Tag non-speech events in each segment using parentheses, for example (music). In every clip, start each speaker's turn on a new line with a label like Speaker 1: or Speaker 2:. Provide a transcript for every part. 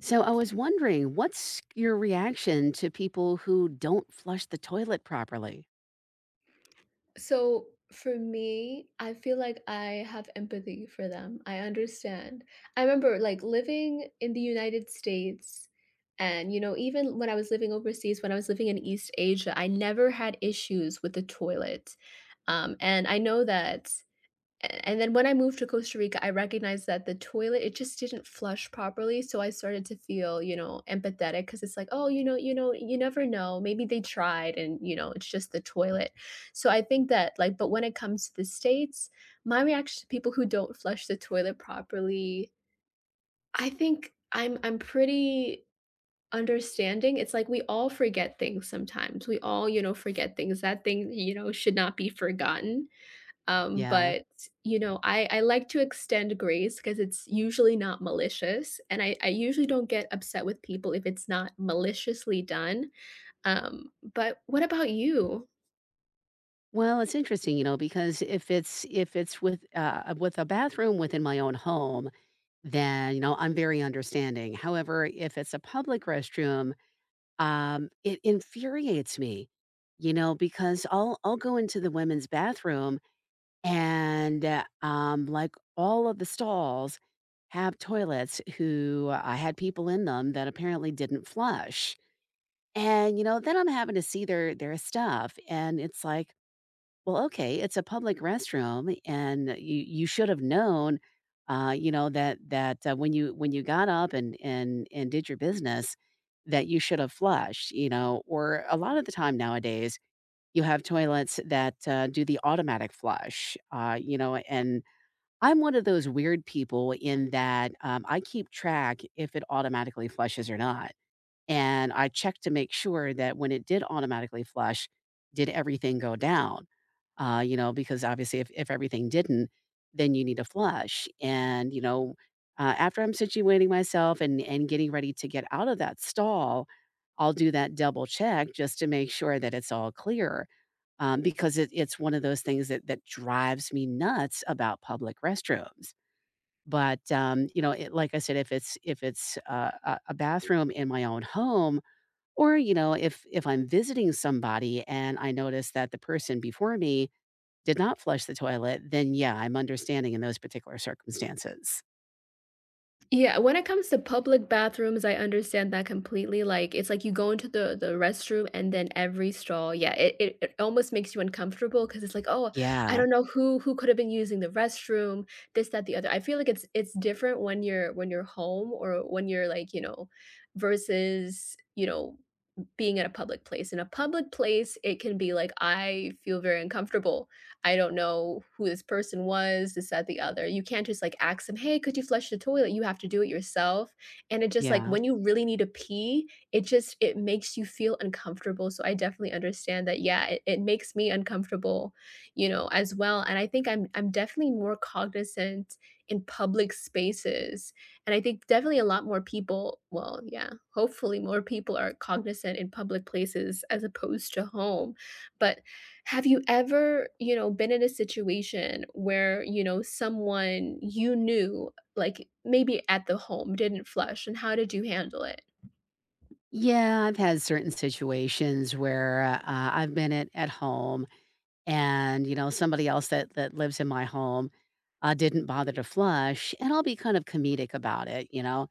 Speaker 1: So I was wondering, what's your reaction to people who don't flush the toilet properly?
Speaker 2: So for me, I feel like I have empathy for them. I understand. I remember like living in the United States, and even when I was living overseas, when I was living in East Asia, I never had issues with the toilet. And I know that a and then when I moved to Costa Rica, I recognized that the toilet, it just didn't flush properly, so I started to feel, empathetic because it's like, "Oh, you never know, maybe they tried and, it's just the toilet." So I think that, like, but when it comes to the States, my reaction to people who don't flush the toilet properly, I think I'm pretty understanding. It's like we all forget things sometimes. We all, forget things. That thing, should not be forgotten. Um,
Speaker 1: Yeah.
Speaker 2: but, you know, I like to extend grace because it's usually not malicious, and I usually don't get upset with people if it's not maliciously done. But what about you?
Speaker 1: Well, it's interesting, you know, because if it's with a bathroom within my own home, then you know I'm very understanding. However, if it's a public restroom, it infuriates me, you know, because I'll go into the women's bathroom. And all of the stalls have toilets who I had people in them that apparently didn't flush. And, you know, then I'm having to see their stuff, and it's like, "Well, okay, it's a public restroom, and you should have known, you know, that when you got up and and did your business, that you should have flushed," you know? Or a lot of the time nowadays you have toilets that, do the automatic flush, you know, and I'm one of those weird people in that, I keep track if it automatically flushes or not, and I check to make sure that when it did automatically flush, did everything go down? You know, because obviously if everything didn't, then you need a flush, and, you know, after I'm situating myself and getting ready to get out of that stall, I'll do that double check just to make sure that it's all clear, because it's one of those things that drives me nuts about public restrooms. But you know, like I said, if it's a bathroom in my own home, or you know, if I'm visiting somebody and I notice that the person before me did not flush the toilet, then yeah, I'm understanding in those particular circumstances.
Speaker 2: Yeah, when it comes to public bathrooms, I understand that completely. Like, it's like you go into the restroom, and then every stall, yeah, it almost makes you uncomfortable because it's like, oh, I
Speaker 1: Yeah,
Speaker 2: don't know who could have been using the restroom, this, that, the other. I feel like it's different when you're home or when you're like, versus, being at a public place. In a public place, it can be like, I feel very uncomfortable. I don't know who this person was, this, that, the other. You can't just like ask them, hey, could you flush the toilet? You have to do it yourself. And it just like
Speaker 1: yeah.
Speaker 2: when you really need to pee, it makes you feel uncomfortable. So I definitely understand that. Yeah, it makes me uncomfortable, as well. And I think I'm definitely more cognizant in public spaces, and I think definitely a lot more people well, yeah, hopefully more people are cognizant in public places as opposed to home. But have you ever, been in a situation where, someone you knew, like, maybe at the home didn't flush, and how did you handle it?
Speaker 1: Yeah, I've had certain situations where I've been at home. And, you know, somebody else that lives in my home, didn't bother to flush, and I'll be kind of comedic about it, you know?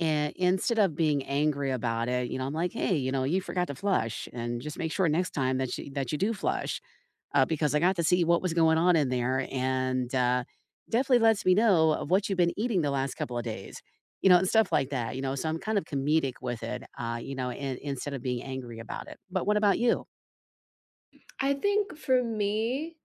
Speaker 1: And instead of being angry about it, you know, I'm like, "Hey, you know, you forgot to flush, and just make sure next time that you do flush, because I got to see what was going on in there, and, definitely lets me know of what you've been eating the last couple of days." You know, and stuff like that, you know? So I'm kind of comedic with it, you know, in instead of being angry about it. But what about you?
Speaker 2: I think for me,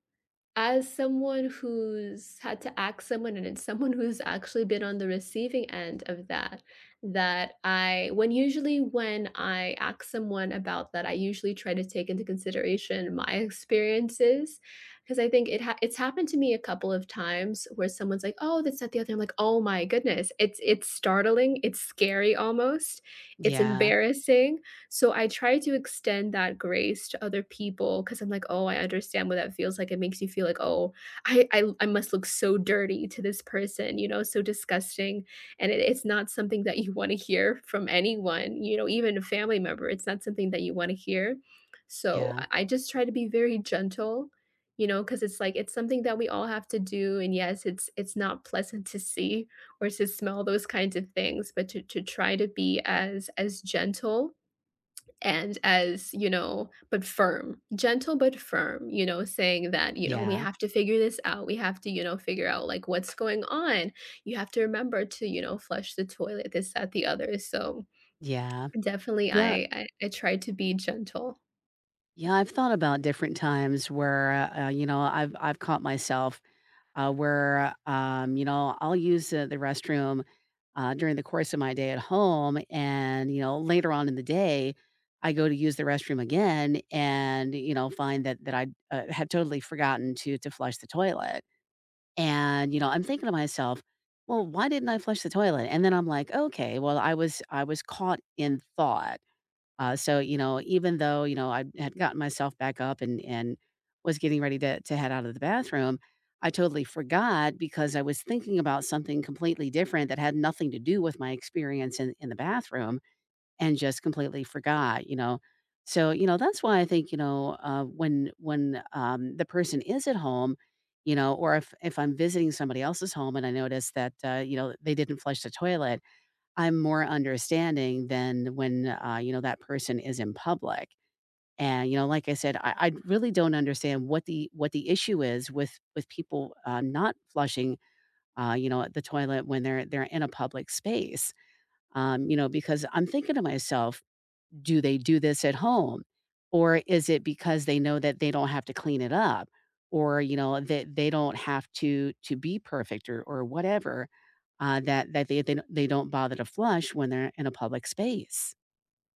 Speaker 2: as someone who's had to ask someone, and it's someone who's actually been on the receiving end of that, that I when usually when I ask someone about that, I usually try to take into consideration my experiences, because I think it's happened to me a couple of times where someone's like, "Oh, that's not the other." I'm like, "Oh my goodness." It's startling, it's scary almost, it's
Speaker 1: Yeah,
Speaker 2: embarrassing, so I try to extend that grace to other people because I'm like, oh, I understand what that feels like. It makes you feel like, oh, I must look so dirty to this person, so disgusting. And it's not something that you want to hear from anyone, even a family member. It's not something that you want to hear. So
Speaker 1: yeah,
Speaker 2: I just try to be very gentle, because it's like it's something that we all have to do, and yes it's not pleasant to see or to smell those kinds of things, but to try to be as gentle and as you know but firm, gentle but firm, saying that, we
Speaker 1: yeah.
Speaker 2: have to figure this out. We have to, figure out like what's going on. You have to remember to, flush the toilet, this that the other. So
Speaker 1: Yeah.
Speaker 2: definitely,
Speaker 1: Yeah.
Speaker 2: I try to be gentle.
Speaker 1: Yeah, I've thought about different times where, you know, I've caught myself, where, you know, I'll use the restroom, during the course of my day at home, and, you know, later on in the day, I go to use the restroom again and, you know, find that I, had totally forgotten to flush the toilet, and, you know, I'm thinking to myself, "Well, why didn't I flush the toilet?" And then I'm like, "Okay, well, I was caught in thought." So, you know, even though, you know, I had gotten myself back up and was getting ready to head out of the bathroom, I totally forgot because I was thinking about something completely different that had nothing to do with my experience in the bathroom and just completely forgot, you know. So, you know, that's why I think, you know, when the person is at home, you know, or if I'm visiting somebody else's home and I notice that you know, they didn't flush the toilet, I'm more understanding than when, you know, that person is in public. And, you know, like I said, I really don't understand what the issue is with with people not flushing, you know, the toilet when they're in a public space. You know, because I'm thinking to myself, do they do this at home? Or is it because they know that they don't have to clean it up or, you know, that they don't have to be perfect or whatever, that they don't they don't bother to flush when they're in a public space?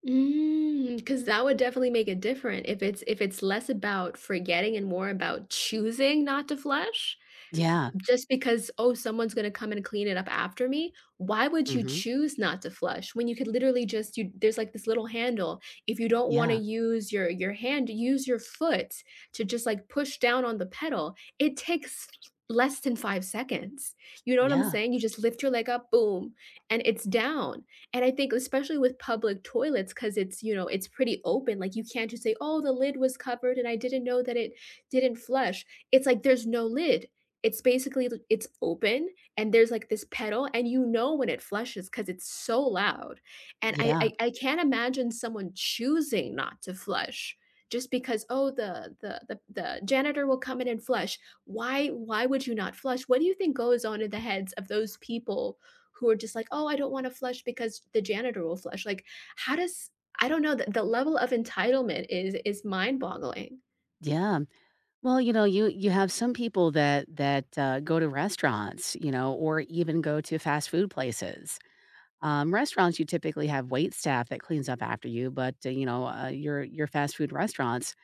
Speaker 2: Because that would definitely make it different if it's less about forgetting and more about choosing not to flush.
Speaker 1: Yeah.
Speaker 2: Just because, "Oh, someone's gonna come and clean it up after me," why would you
Speaker 1: Mhm.
Speaker 2: choose not to flush when you could literally just you there's, like, this little handle. If you don't wanna
Speaker 1: Yeah.
Speaker 2: use your hand, use your foot to just, like, push down on the pedal. It takes less than 5 seconds. You know what I'm
Speaker 1: Yeah.
Speaker 2: saying? You just lift your leg up, boom, and it's down. And I think especially with public toilets because it's pretty open, like, you can't just say, "Oh, the lid was covered and I didn't know that it didn't flush." It's like there's no lid. It's basically l it's open, and there's, like, this pedal, and you know when it flushes because it's so loud, and I
Speaker 1: Yeah.
Speaker 2: I I can't imagine someone choosing not to flush just because, "Oh, the janitor will come in and flush." Why would you not flush? What do you think goes on in the heads of those people who are just like, "Oh, I don't wanna flush because the janitor will flush." Like, how does I don't know, the level of entitlement is mind-boggling.
Speaker 1: Yeah. Well, you know, you have some people that go to restaurants, you know, or even go to fast food places. Restaurants, you typically have wait staff that cleans up after you, but, you know, your fast food restaurants,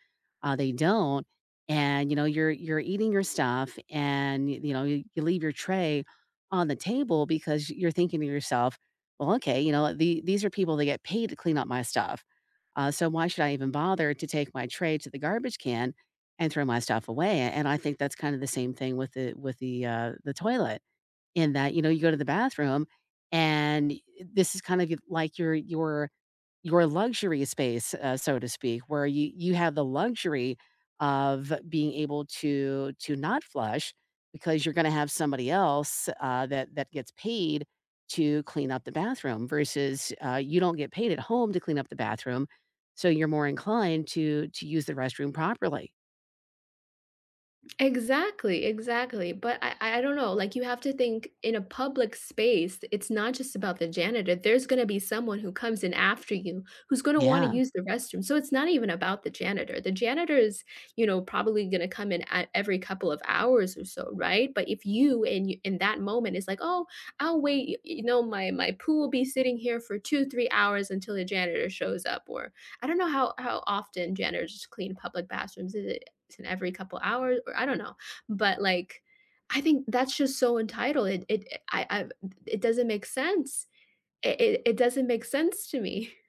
Speaker 1: they don't. And, you know, you're eating your stuff and, y you know, you leave your tray on the table because you're thinking to yourself, "Well, okay, you know, these are people that get paid to clean up my stuff, so why should I even bother to take my tray to the garbage can and throw my stuff away?" And I think that's kind of the same thing with the the toilet in that, you know, you go to the bathroom and this is kind of like your luxury space, so to speak, where you have the luxury of being able to not flush because you're gonna have somebody else, that gets paid to clean up the bathroom versus, you don't get paid at home to clean up the bathroom, so you're more inclined to use the restroom properly.
Speaker 2: Exactly, exactly. But I don't know, like, you have to think, in a public space, it's not just about the janitor. There's gonna be someone who comes in after you who's gonna wanna
Speaker 1: Yeah.
Speaker 2: use the restroom. So it's not even about the janitor. The janitor is, probably gonna come in at every couple of hours or so, right? But if you in y in that moment is like, "Oh, I'll wait, my poo will be sitting here for 2, 3 hours until the janitor shows up," or I don't know how often janitors clean public bathrooms. Is it in every couple hours or I don't know. But like I think that's just so entitled. It I it doesn't make sense. It doesn't make sense to me. (laughs)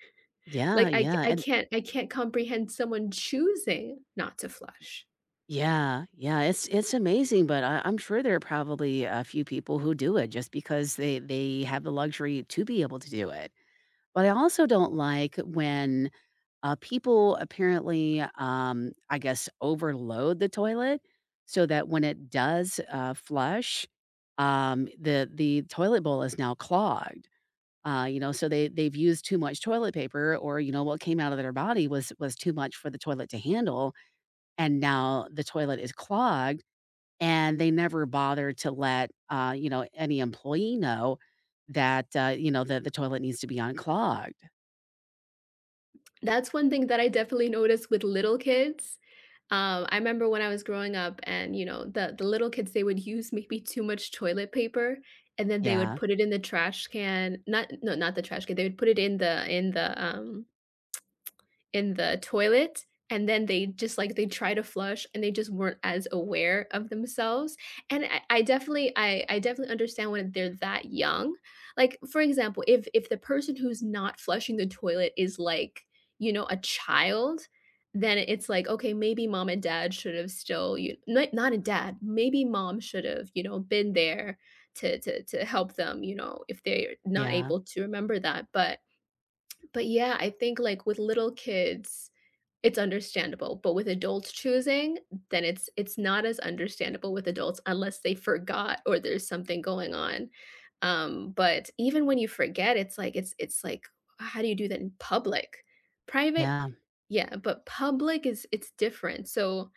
Speaker 1: Yeah,
Speaker 2: Like I
Speaker 1: yeah,
Speaker 2: I
Speaker 1: and
Speaker 2: can't I can't comprehend someone choosing not to flush.
Speaker 1: yeah, yeah, it's amazing, but I'm sure there are probably a few people who do it just because they have the luxury to be able to do it. But I also don't like when people apparently, I guess, overload the toilet so that when it does flush, the toilet bowl is now clogged. You know, so they've used too much toilet paper, or you know, what came out of their body was too much for the toilet to handle, and now the toilet is clogged and they never bothered to let, you know, any employee know that, you know, that the toilet needs to be unclogged.
Speaker 2: That's one thing that I definitely noticed with little kids. I remember when I was growing up, and, the little kids, they would use maybe too much toilet paper and then they would
Speaker 1: Yeah.
Speaker 2: put it in the trash can. Not, no, not the trash can. They would put it in the toilet, and then they just like they try to flush and they just weren't as aware of themselves. And I definitely understand when they're that young. Like, for example, if the person who's not flushing the toilet is like, a child, then it's like, okay, maybe mom and dad should have still you not, not a dad, maybe mom should have, been there to help them, if they're not
Speaker 1: Yeah.
Speaker 2: able to remember that. But yeah, I think like with little kids it's understandable, but with adults choosing, then it's not as understandable with adults unless they forgot or there's something going on. But even when you forget, it's like, how do you do that in public? Private,
Speaker 1: Yeah.
Speaker 2: yeah, but public is it's different. So,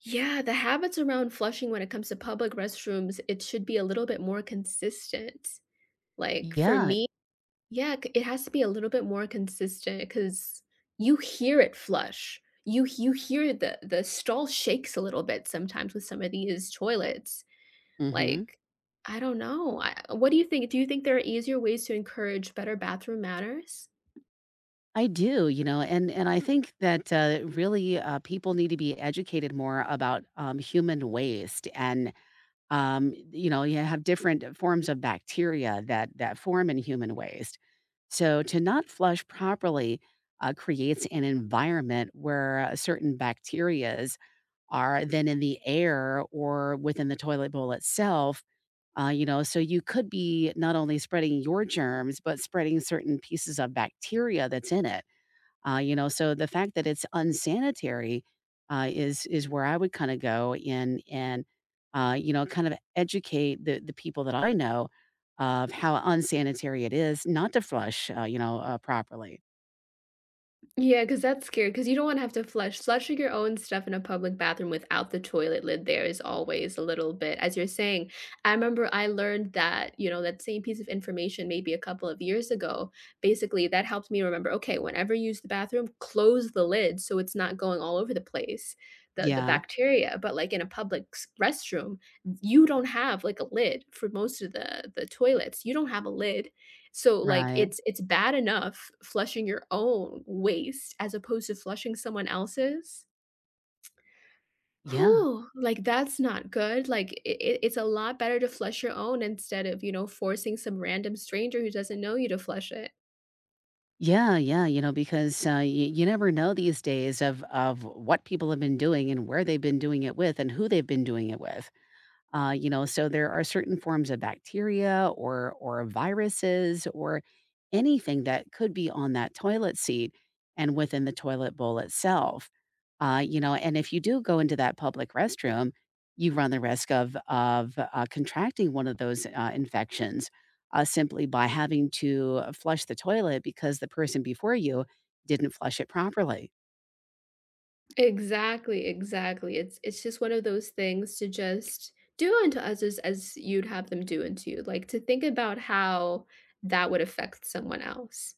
Speaker 2: yeah, the habits around flushing when it comes to public restrooms, it should be a little bit more consistent. Like for
Speaker 1: Yeah.
Speaker 2: me, yeah, c it has to be a little bit more consistent because you hear it flush. You hear the stall shakes a little bit sometimes with some of these toilets.
Speaker 1: Mhm.
Speaker 2: Like, I don't know. I What do you think? Do you think there are easier ways to encourage better bathroom manners?
Speaker 1: I do, you know, and I think that, really, people need to be educated more about, human waste and, you know, you have different forms of bacteria that form in human waste. So to not flush properly, creates an environment where, certain bacterias are then in the air or within the toilet bowl itself. You know, so you could be not only spreading your germs, but spreading certain pieces of bacteria that's in it. You know, so the fact that it's unsanitary is where I would kind of go in and you know, kind of educate the people that I know of how unsanitary it is not to flush, you know, properly.
Speaker 2: Yeah, because that's scary. Because you don't wanna have to flushing your own stuff in a public bathroom without the toilet lid there is always a little bit, as you're saying. I remember I learned that, that same piece of information maybe a couple of years ago. Basically, that helped me remember, "Okay, whenever you use the bathroom, close the lid so it's not going all over the place, the
Speaker 1: Yeah,
Speaker 2: bacteria." But, like, in a public s restroom, you don't have, like, a lid for most of the toilets. You don't have a lid, so, like,
Speaker 1: right.
Speaker 2: it's bad enough flushing your own waste as opposed to flushing someone else's.
Speaker 1: Yeah.
Speaker 2: Whew, like, that's not good, like, it's a lot better to flush your own instead of, forcing some random stranger who doesn't know you to flush it.
Speaker 1: Yeah, yeah, you know, because you never know these days of what people have been doing and where they've been doing it with and who they've been doing it with. You know, so there are certain forms of bacteria or viruses or anything that could be on that toilet seat and within the toilet bowl itself. You know, and if you do go into that public restroom, you run the risk of contracting one of those infections simply by having to flush the toilet because the person before you didn't flush it properly.
Speaker 2: Exactly, exactly, it's just one of those things, to just do unto others as you'd have them do unto you, like, to think about how that would affect someone else.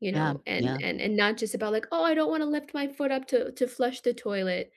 Speaker 2: You
Speaker 1: Yeah,
Speaker 2: know, and
Speaker 1: yeah.
Speaker 2: not just about, like, "Oh, I don't wanna lift my foot up to flush the toilet."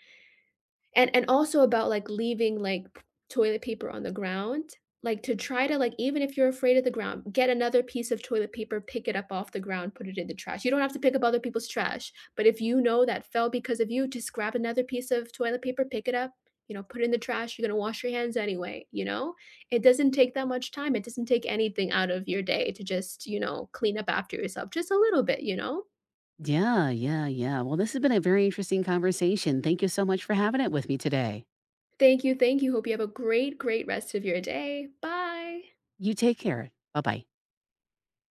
Speaker 2: And also about, like, leaving, like, p toilet paper on the ground, like, to try to, like, even if you're afraid of the ground, get another piece of toilet paper, pick it up off the ground, put it in the trash. You don't have to pick up other people's trash, but if you know that fell because of you, just grab another piece of toilet paper, pick it up, put it in the trash, you're gonna wash your hands anyway, you know? It doesn't take that much time, it doesn't take anything out of your day to just, clean up after yourself just a little bit, you know?
Speaker 1: Yeah, yeah, yeah. Well, this has been a very interesting conversation. Thank you so much for having it with me today.
Speaker 2: Thank you, thank you. Hope you have a great, great rest of your day. Bye.
Speaker 1: You take care. Bye bye.